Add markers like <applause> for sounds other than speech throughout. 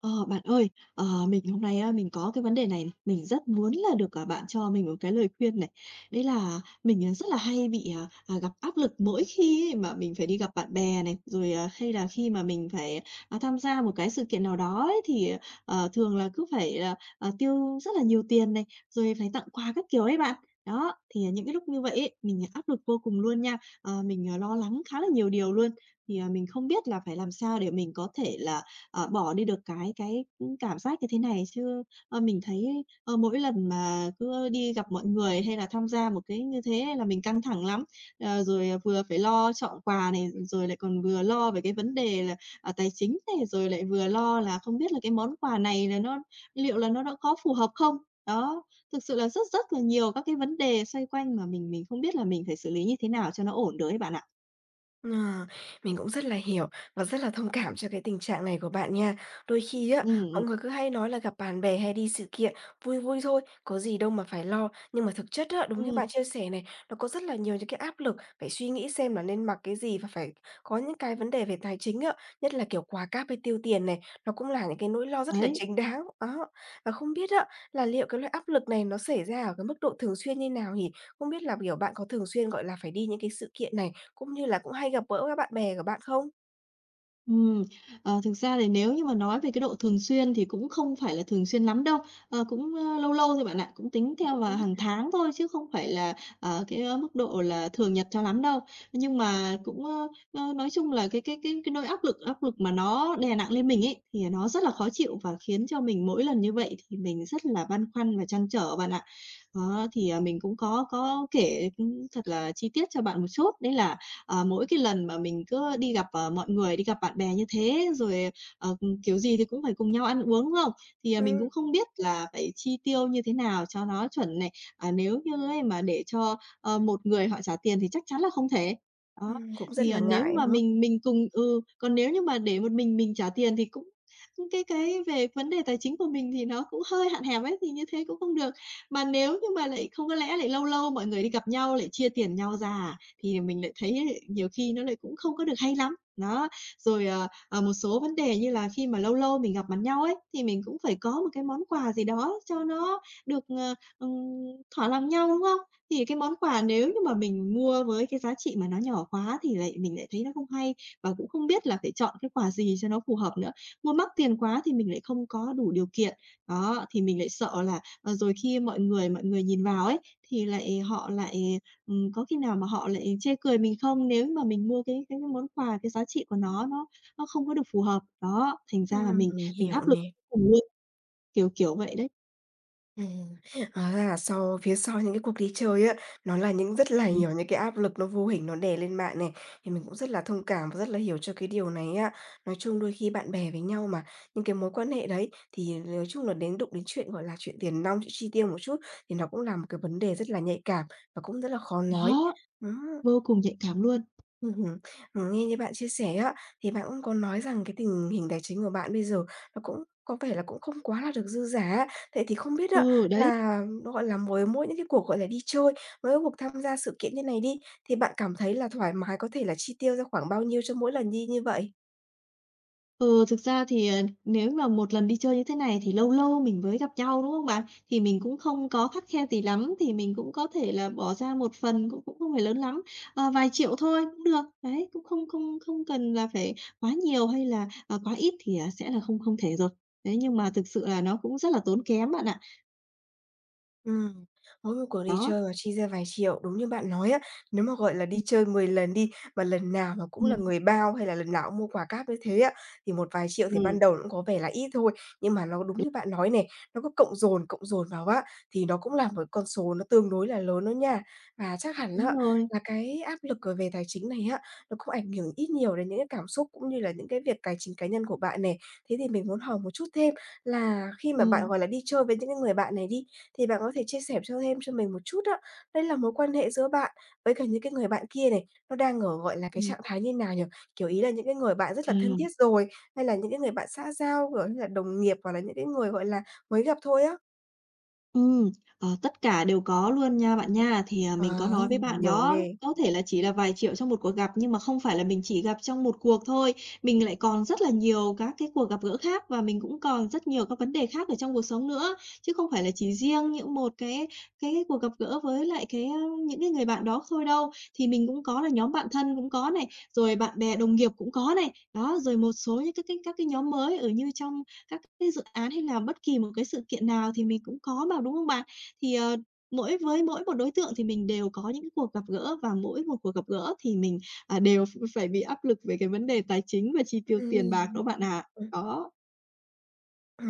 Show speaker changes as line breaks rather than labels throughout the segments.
Ờ, bạn ơi, mình hôm nay á, mình có cái vấn đề này này, mình rất muốn là được, bạn cho mình một cái lời khuyên này. Đấy là mình, rất là hay bị, gặp áp lực mỗi khi ấy mà mình phải đi gặp bạn bè này, rồi, hay là khi mà mình phải, tham gia một cái sự kiện nào đó ấy, thì, thường là cứ phải là, tiêu rất là nhiều tiền này, rồi phải tặng quà các kiểu ấy bạn. Đó, thì những cái lúc như vậy ấy, mình áp lực vô cùng luôn nha. Ờ, mình, lo lắng khá là nhiều điều luôn. Thì, mình không biết là phải làm sao để mình có thể là bỏ đi được cái cảm giác như thế này. Chứ, mình thấy, mỗi lần mà cứ đi gặp mọi người hay là tham gia một cái như thế là mình căng thẳng lắm. Ờ, rồi, vừa phải lo chọn quà này, rồi lại còn vừa lo về cái vấn đề là, tài chính này, rồi lại vừa lo là không biết là cái món quà này là nó liệu là nó đã có phù hợp không? Đó, thực sự là rất rất là nhiều các cái vấn đề xoay quanh mà mình không biết là mình phải xử lý như thế nào cho nó ổn được ấy bạn ạ.
À, mình cũng rất là hiểu và rất là thông cảm cho cái tình trạng này của bạn nha. Đôi khi á,
Ừ,
mọi người cứ hay nói là gặp bạn bè hay đi sự kiện vui vui thôi, có gì đâu mà phải lo. Nhưng mà thực chất á, đúng như bạn
ừm,
chia sẻ này, nó có rất là nhiều những cái áp lực phải suy nghĩ xem là nên mặc cái gì và phải có những cái vấn đề về tài chính á, nhất là kiểu quà cáp hay tiêu tiền này, nó cũng là những cái nỗi lo rất là
đấy.
chính đáng. Đó. Và không biết á, là liệu cái loại áp lực này nó xảy ra ở cái mức độ thường xuyên như nào nhỉ? Không biết là, kiểu, bạn có thường xuyên, gọi là, phải đi những cái sự kiện này, cũng như là cũng hay gặp gỡ các bạn bè của bạn không?
Ừm, thực ra thì nếu như mà nói về cái độ thường xuyên thì cũng không phải là thường xuyên lắm đâu, ờ, cũng, lâu lâu thôi bạn ạ, cũng tính theo
Cũng
vào
ít
hàng
à.
tháng thôi chứ không phải là, ờ, cái, mức độ là thường nhật cho lắm đâu. Nhưng mà cũng, ơ, ơ, nói chung là cái nỗi áp lực mà nó đè nặng lên mình ấy, thì nó rất là khó chịu và khiến cho mình mỗi lần như vậy thì mình rất là băn khoăn và trăn trở bạn ạ. Đó, thì, mình cũng có kể, thật là chi tiết cho bạn một chút, đấy là, ờ, mỗi cái lần mà mình cứ đi gặp, mọi người, đi gặp bạn bè như thế, rồi, ờ, kiểu gì thì cũng phải cùng nhau ăn uống, đúng không? Thì, mình
Ừm,
cũng không biết là phải chi tiêu như thế nào cho nó chuẩn này. À, nếu như ấy mà để cho, một người họ trả tiền thì chắc chắn là không thể. Đó,
cũng rất
thì,
là
nếu
ngại,
mà
đúng không?
mình cùng còn nếu như mà để một mình trả tiền thì cũng cũng cái về vấn đề tài chính của mình thì nó cũng hơi hạn hẹp ấy, thì như thế cũng không được. Mà nếu như mà lại không có lẽ lại lâu lâu mọi người đi gặp nhau lại chia tiền nhau ra à? Thì mình lại thấy nhiều khi nó lại cũng không có được hay lắm. Đó, rồi, một số vấn đề như là khi mà lâu lâu mình gặp mặt nhau ấy, thì mình cũng phải có một cái món quà gì đó cho nó được, thỏa lòng nhau, đúng không? Thì cái món quà nếu như mà mình mua với cái giá trị mà nó nhỏ quá thì lại mình lại thấy nó không hay và cũng không biết là phải chọn cái quà gì cho nó phù hợp nữa. Mua mắc tiền quá thì mình lại không có đủ điều kiện. Đó, thì mình lại sợ là, rồi khi mọi người nhìn vào ấy, thì lại họ lại có khi nào mà họ lại chê cười mình không nếu mà mình mua cái món quà, cái giá trị của nó nó không có được phù hợp. Đó, thành ra là mình
Mình
mình
hiểu
áp
nè.
lực cùng luôn, kiểu vậy đấy.
Ừm, hóa ra là phía sau những cái cuộc đi chơi á, nó là những rất là
Ừm,
nhiều những cái áp lực nó vô hình nó đè lên bạn này, thì mình cũng rất là thông cảm và rất là hiểu cho cái điều này á. Nói chung đôi khi bạn bè với nhau mà, những cái mối quan hệ đấy thì nói chung là đến đụng đến chuyện, gọi là, chuyện tiền nong, chuyện chi tiêu một chút thì nó cũng là một cái vấn đề rất là nhạy cảm và cũng rất là khó nói.
đó,
Ừm.
vô cùng nhạy cảm luôn.
Hứm. Nghe như bạn chia sẻ á, thì bạn cũng có nói rằng cái tình hình tài chính của bạn bây giờ nó cũng có vẻ là cũng không quá là được dư dả á. Vậy thì không biết á
Ừ, đấy.
là, gọi là, với mỗi những cái cuộc, gọi là, đi chơi, với các cuộc tham gia sự kiện như này đi, thì bạn cảm thấy là thoải mái có thể là chi tiêu ra khoảng bao nhiêu cho mỗi lần đi như vậy?
Ừ, thực ra thì, nếu mà một lần đi chơi như thế này thì lâu lâu mình mới gặp nhau, đúng không bạn? Thì mình cũng không có khắt khe gì lắm, thì mình cũng có thể là bỏ ra một phần cũng cũng không phải lớn lắm, vài triệu thôi cũng được. Đấy, cũng không không không cần là phải quá nhiều hay là, quá ít thì, sẽ là không không thể rồi. Đấy, nhưng mà thực sự là nó cũng rất là tốn kém bạn ạ.
Ừm, mỗi một cuộc đi
Đó.
chơi mà chi ra vài triệu, đúng như bạn nói á, nếu mà, gọi là,
Ừm,
đi chơi 10 lần đi, mà lần nào mà cũng là
ừm,
người bao hay là lần nào cũng mua quà cáp như thế á, thì một vài triệu thì ban đầu nó cũng có vẻ là ít thôi. Nhưng mà nó đúng
đúng,
như bạn nói này, nó cứ cộng dồn vào á, thì nó cũng là một con số nó tương đối là lớn đó nha. Và chắc hẳn á,
đúng rồi.
là cái áp lực, về tài chính này á, nó cũng ảnh hưởng ít nhiều đến những cái cảm xúc cũng như là những cái việc tài chính cá nhân của bạn này. Thế thì mình muốn hỏi một chút thêm là khi mà bạn,
Ừm,
gọi là, đi chơi với những cái người bạn này đi, thì bạn có thể chia sẻ cho thêm cho mình một chút á, đây là mối quan hệ giữa bạn với cả những cái người bạn kia này, nó đang ở, gọi là, cái
ừm,
trạng thái như nào nhỉ? Kiểu, ý là những cái người bạn rất
à.
là thân thiết rồi, hay là những cái người bạn xã giao, kiểu như là, đồng nghiệp, hoặc là những cái người, gọi là, mới gặp thôi á?
Ừ, tất cả đều có luôn nha bạn nha. Thì, mình có
À,
nói với bạn
nhiều
đó,
ghê!
có thể là chỉ là vài triệu trong một cuộc gặp, nhưng mà không phải là mình chỉ gặp trong một cuộc thôi. Mình lại còn rất là nhiều các cái cuộc gặp gỡ khác và mình cũng còn rất nhiều các vấn đề khác ở trong cuộc sống nữa, chứ không phải là chỉ riêng những một cái cuộc gặp gỡ với lại cái, những cái người bạn đó thôi đâu. Thì mình cũng có là nhóm bạn thân cũng có này, rồi bạn bè đồng nghiệp cũng có này. Đó, rồi một số những cái các cái nhóm mới ở như trong các cái dự án hay là bất kỳ một cái sự kiện nào thì mình cũng có mà, đúng không bạn? Thì, mỗi một đối tượng thì mình đều có những cái cuộc gặp gỡ và mỗi một cuộc gặp gỡ thì mình, đều phải bị áp lực về cái vấn đề tài chính và chi tiêu tiền bạc
Ừm.
đó bạn ạ. Đó,
Ờ,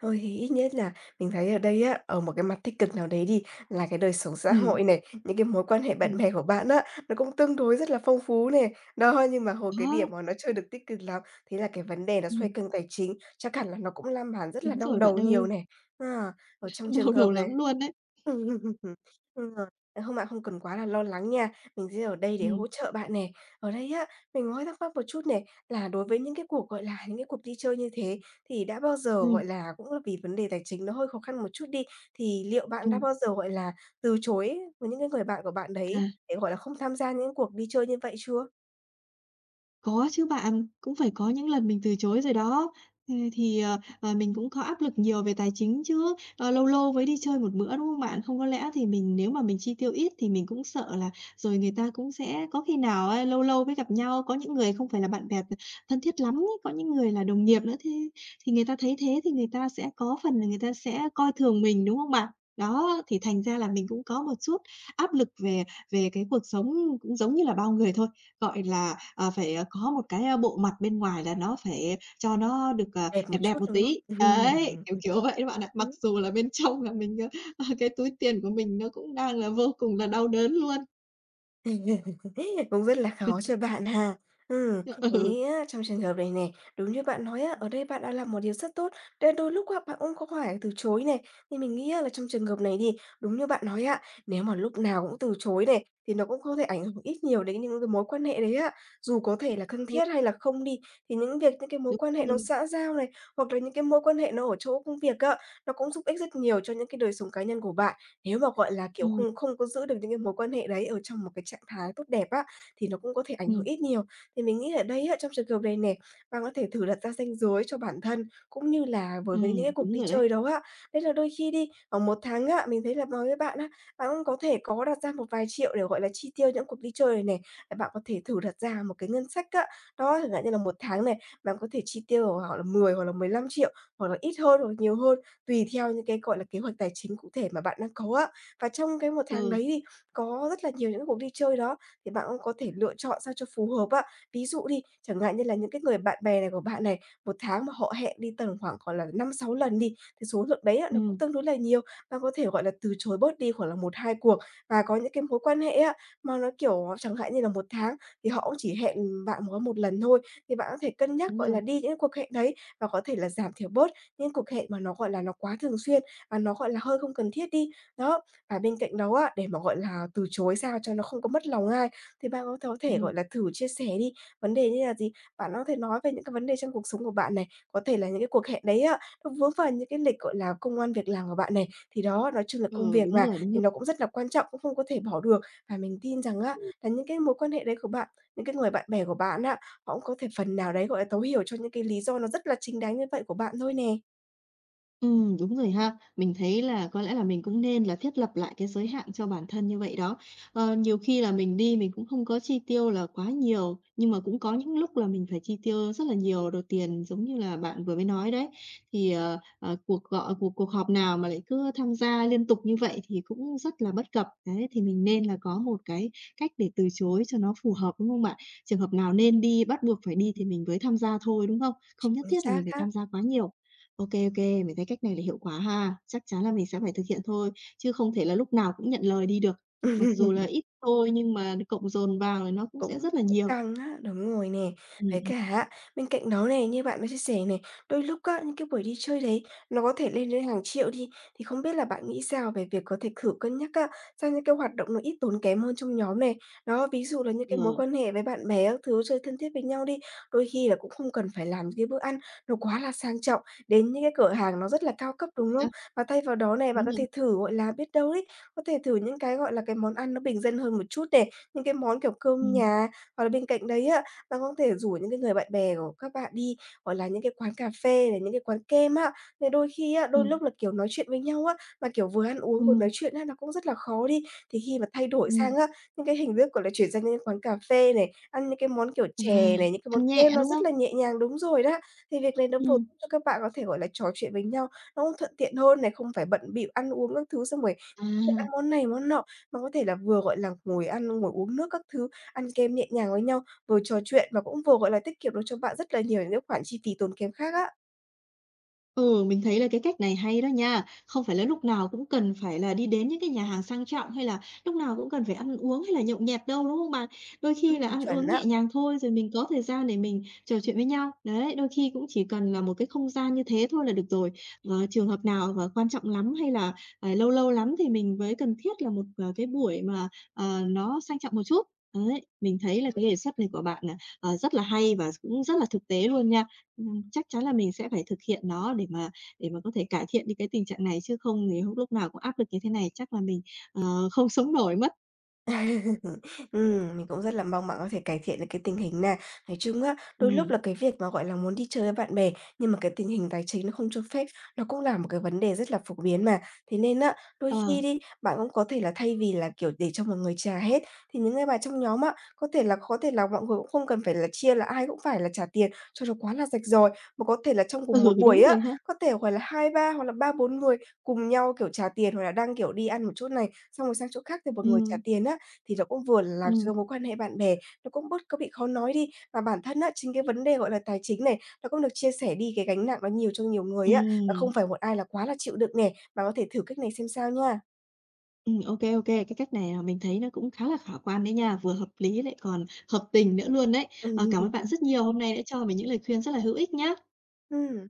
thôi thì ít nhất là mình thấy ở đây á, ở một cái mặt tích cực nào đấy đi, là cái đời sống xã hội
ừm,
này, những cái mối quan hệ bạn
ừm,
bè của bạn á, nó cũng tương đối rất là phong phú này. Đó, nhưng mà hồi cái
đó,
điểm mà nó chưa được tích cực lắm, thế là cái vấn đề nó xoay
ừm,
quanh tài chính, chắc hẳn là nó cũng làm bạn rất là
đúng
đau
rồi bạn
đầu nhiều
ơi,
này. À, ở
<laughs>
trong trường
đau
hợp
đầu
này
lắm luôn đấy.
Ừm, <laughs> đúng rồi. Ờ, hôm bạn không cần quá là lo lắng nha, mình sẽ ở đây để
Ừm,
hỗ trợ bạn nè. Ở đây á, mình hơi thắc mắc một chút này, là đối với những cái cuộc, gọi là, những cái cuộc đi chơi như thế thì đã bao giờ,
ừm,
gọi là, cũng là vì vấn đề tài chính nó hơi khó khăn một chút đi, thì liệu bạn đã
ừm,
bao giờ, gọi là, từ chối với những cái người bạn của bạn
à.
đấy để, gọi là, không tham gia những cuộc đi chơi như vậy chưa?
Có chứ bạn, cũng phải có những lần mình từ chối rồi đó. Ờ, thì, mình cũng có áp lực nhiều về tài chính chứ, lâu lâu mới đi chơi một bữa, đúng không bạn? Không có lẽ thì mình nếu mà mình chi tiêu ít thì mình cũng sợ là rồi người ta cũng sẽ có khi nào á, lâu lâu mới gặp nhau, có những người không phải là bạn bè thân thiết lắm ấy, có những người là đồng nghiệp nữa, thế thì người ta thấy thế thì người ta sẽ có phần là người ta sẽ coi thường mình, đúng không bạn? Đó, thì thành ra là mình cũng có một chút áp lực về về cái cuộc sống cũng giống như là bao người thôi. Gọi là, phải, có một cái, bộ mặt bên ngoài là nó phải cho nó được,
Đẹp một
đẹp
chút,
đẹp một
đúng không?
tí. Đấy, kiểu,
<laughs>
kiểu vậy đó bạn ạ. Mặc
Ừm.
dù là bên trong là mình, ờ, <laughs> cái túi tiền của mình nó cũng đang là vô cùng là đau đớn luôn.
<laughs> Cũng rất là khó
<laughs>
cho bạn ha. Ừm, mình
Ừ.
nghĩ á, trong trường hợp này này, đúng như bạn nói á, ở đây bạn đã làm một điều rất tốt, đấy đôi lúc á, bạn cũng có phải từ chối này. Thì mình nghĩ á, là trong trường hợp này đi, đúng như bạn nói á, nếu mà lúc nào cũng từ chối này, thì nó cũng có thể ảnh hưởng ít nhiều đến những cái mối quan hệ đấy á. Dù có thể là thân
Ừ,
thiết hay là không đi, thì những việc những cái mối
đúng
quan hệ nó
rồi.
xã giao này, hoặc là những cái mối quan hệ nó ở chỗ công việc á, nó cũng giúp ích rất nhiều cho những cái đời sống cá nhân của bạn. Nếu mà, gọi là, kiểu,
Ừm,
không không có giữ được những cái mối quan hệ đấy ở trong một cái trạng thái tốt đẹp á, thì nó cũng có thể ảnh hưởng
ừm,
ít nhiều. Thì mình nghĩ ở đây á, trong trường hợp này nè, bạn có thể thử đặt ra ranh giới cho bản thân, cũng như là với những cái cuộc
đúng
đi
rồi đấy.
chơi đó á. Đấy là đôi khi đi, ở một tháng á, mình thấy là nói với bạn á, bạn cũng có thể có đặt ra một vài triệu để, gọi là, chi tiêu những cuộc đi chơi này này. Bạn có thể thử đặt ra một cái ngân sách á, đó, chẳng hạn như là một tháng này, bạn có thể chi tiêu ở khoảng là 10 hoặc là 15 triệu hoặc là ít hơn hoặc nhiều hơn tùy theo những cái, gọi là, kế hoạch tài chính cụ thể mà bạn đang có á. Và trong cái một tháng
Ừ,
đấy thì có rất là nhiều những cuộc đi chơi đó, thì bạn cũng có thể lựa chọn sao cho phù hợp á. Ví dụ đi, chẳng hạn như là những cái người bạn bè này của bạn này, một tháng mà họ hẹn đi tầm khoảng, gọi là, năm sáu lần đi, thì số lượng đấy á nó cũng
ừm,
tương đối là nhiều. Bạn có thể, gọi là, từ chối bớt đi khoảng là một hai cuộc. Và có những cái mối quan hệ á, mà nó, kiểu, chẳng hạn như là một tháng thì họ cũng chỉ hẹn bạn có một lần thôi, thì bạn có thể cân nhắc,
đúng
gọi là,
rồi.
đi những cuộc hẹn đấy và có thể là giảm thiểu bớt những cuộc hẹn mà nó, gọi là, nó quá thường xuyên và nó, gọi là, hơi không cần thiết đi. Đó, và bên cạnh đó á, để mà, gọi là, từ chối sao cho nó không có mất lòng ai, thì bạn cũng có thể,
Ừm,
gọi là, thử chia sẻ đi, vấn đề như là gì? Bạn có thể nói về những cái vấn đề trong cuộc sống của bạn này, có thể là những cái cuộc hẹn đấy á, nó vướng vào những cái lịch, gọi là, công ăn việc làm của bạn này, thì đó, nói chung là công
ừ,
việc
đúng
mà,
rồi, đúng.
thì nó cũng rất là quan trọng, cũng không có thể bỏ được. Và mình tin rằng á, là những cái mối quan hệ đấy của bạn, những cái người bạn bè của bạn á, họ cũng có thể phần nào đấy, gọi là, thấu hiểu cho những cái lý do nó rất là chính đáng như vậy của bạn thôi nè.
Ừ, đúng rồi ha. Mình thấy là có lẽ là mình cũng nên là thiết lập lại cái giới hạn cho bản thân như vậy đó. Ờ, nhiều khi là mình đi mình cũng không có chi tiêu là quá nhiều, nhưng mà cũng có những lúc là mình phải chi tiêu rất là nhiều đồ tiền giống như là bạn vừa mới nói đấy. Thì, cuộc gọi cuộc cuộc họp nào mà lại cứ tham gia liên tục như vậy thì cũng rất là bất cập. Đấy, thì mình nên là có một cái cách để từ chối cho nó phù hợp, đúng không bạn? Trường hợp nào nên đi, bắt buộc phải đi thì mình mới tham gia thôi, đúng không? Không nhất
Chính
thiết là
xác
mình phải
á.
tham gia quá nhiều. OK, OK, mình thấy cách này là hiệu quả ha. Chắc chắn là mình sẽ phải thực hiện thôi, chứ không thể là lúc nào cũng nhận lời đi được. Mặc dù là
<laughs>
ít thôi nhưng mà cộng dồn vào thì nó cũng sẽ
Cũng
rất là
cũng
nhiều.
căng á, đúng rồi nè. Với cả
Ừ.
á, bên cạnh đó này, như bạn có chia sẻ này, đôi lúc á, những cái buổi đi chơi đấy nó có thể lên đến hàng triệu đi, thì không biết là bạn nghĩ sao về việc có thể thử cân nhắc á, sang những cái hoạt động nó ít tốn kém hơn trong nhóm này? Đó, ví dụ là những cái
Ừm,
mối
ờ,
quan hệ với bạn bè các thứ, chơi thân thiết với nhau đi, đôi khi là cũng không cần phải làm những cái bữa ăn nó quá là sang trọng, đến những cái cửa hàng nó rất là cao cấp, đúng không?
ha,
Và thay vào đó này, bạn
đúng
có
rồi.
thể thử, gọi là, biết đâu đấy, có thể thử những cái, gọi là, cái món ăn nó bình dân hơn một chút nè những cái món kiểu cơm
Ừm,
nhà. Hoặc là bên cạnh đấy á, bạn có thể rủ những cái người bạn bè của các bạn đi, gọi là, những cái quán cà phê này, những cái quán kem á. Thì đôi khi á, đôi
ừm,
lúc là, kiểu, nói chuyện với nhau á, mà, kiểu, vừa ăn uống vừa nói
ừm,
chuyện á, nó cũng rất là khó đi. Thì khi mà thay đổi
ừm.
sang á, những cái hình thức, gọi là, chuyển sang những cái quán cà phê này, ăn những cái món kiểu
À,
chè này, những cái món
ăn nhẹ,
kem nó
đúng
rất
không?
là nhẹ nhàng đúng rồi đó. Thì việc này nó vừa
Ừ.
giúp cho các bạn có thể, gọi là, trò chuyện với nhau, nó cũng thuận tiện hơn này, không phải bận bịu ăn uống các thứ xong rồi
À.
ăn món này món nọ. Nó có thể là vừa, gọi là, ngồi ăn, ngồi uống nước các thứ, ăn kem nhẹ nhàng với nhau, vừa trò chuyện và cũng vừa, gọi là, tiết kiệm được cho bạn rất là nhiều những cái khoản chi phí tốn kém khác á.
Ừ, mình thấy là cái cách này hay đó nha. Không phải là lúc nào cũng cần phải là đi đến những cái nhà hàng sang trọng hay là lúc nào cũng cần phải ăn uống hay là nhậu nhẹt đâu, đúng không bạn? Đôi khi là ăn
Chuẩn
uống
á.
nhẹ nhàng thôi rồi mình có thời gian để mình trò chuyện với nhau. Đấy, đôi khi cũng chỉ cần là một cái không gian như thế thôi là được rồi. Ờ, trường hợp nào và quan trọng lắm hay là, lâu lâu lắm thì mình mới cần thiết là một, cái buổi mà, nó sang trọng một chút. Đấy, mình thấy là cái đề xuất này của bạn, là rất là hay và cũng rất là thực tế luôn nha. Chắc chắn là mình sẽ phải thực hiện nó để mà có thể cải thiện đi cái tình trạng này, chứ không thì lúc lúc nào cũng áp lực như thế này chắc là mình, không sống nổi mất.
<laughs> Mình cũng rất là mong bạn có thể cải thiện được cái tình hình nè Nói chung á, đôi lúc
Ừm,
là cái việc mà, gọi là, muốn đi chơi với bạn bè, nhưng mà cái tình hình tài chính nó không cho phép, nó cũng là một cái vấn đề rất là phổ biến mà. Thế nên á, đôi
ờ,
khi đi, bạn cũng có thể là thay vì là, kiểu, để cho mọi người trả hết, thì những người bạn trong nhóm á, có thể là mọi người cũng không cần phải là chia là ai cũng phải là trả tiền cho nó quá là rạch ròi, mà có thể là trong cùng
ừ,
một buổi
đúng
á,
rồi ha.
có thể, gọi là, 2 3 hoặc là 3 4 người cùng nhau, kiểu, trả tiền, hoặc là đang, kiểu, đi ăn một chỗ này, xong rồi sang chỗ khác thì một người trả
Ừm,
tiền á. Thì nó cũng vừa làm cho
ừm,
mối quan hệ bạn bè nó cũng bớt có bị khó nói đi, và bản thân á, chính cái vấn đề, gọi là, tài chính này, nó cũng được chia sẻ đi cái gánh nặng nó nhiều cho nhiều người á, và
ừm,
không phải một ai là quá là chịu đựng nè, bạn có thể thử cách này xem sao nha.
ô kê. Cái cách này, mình thấy nó cũng khá là khả quan đấy nha, vừa hợp lý lại còn hợp tình nữa luôn đấy. Ờ, cảm ơn bạn
<laughs>
rất nhiều, hôm nay đã cho mình những lời khuyên rất là hữu ích nhá.
Ừm.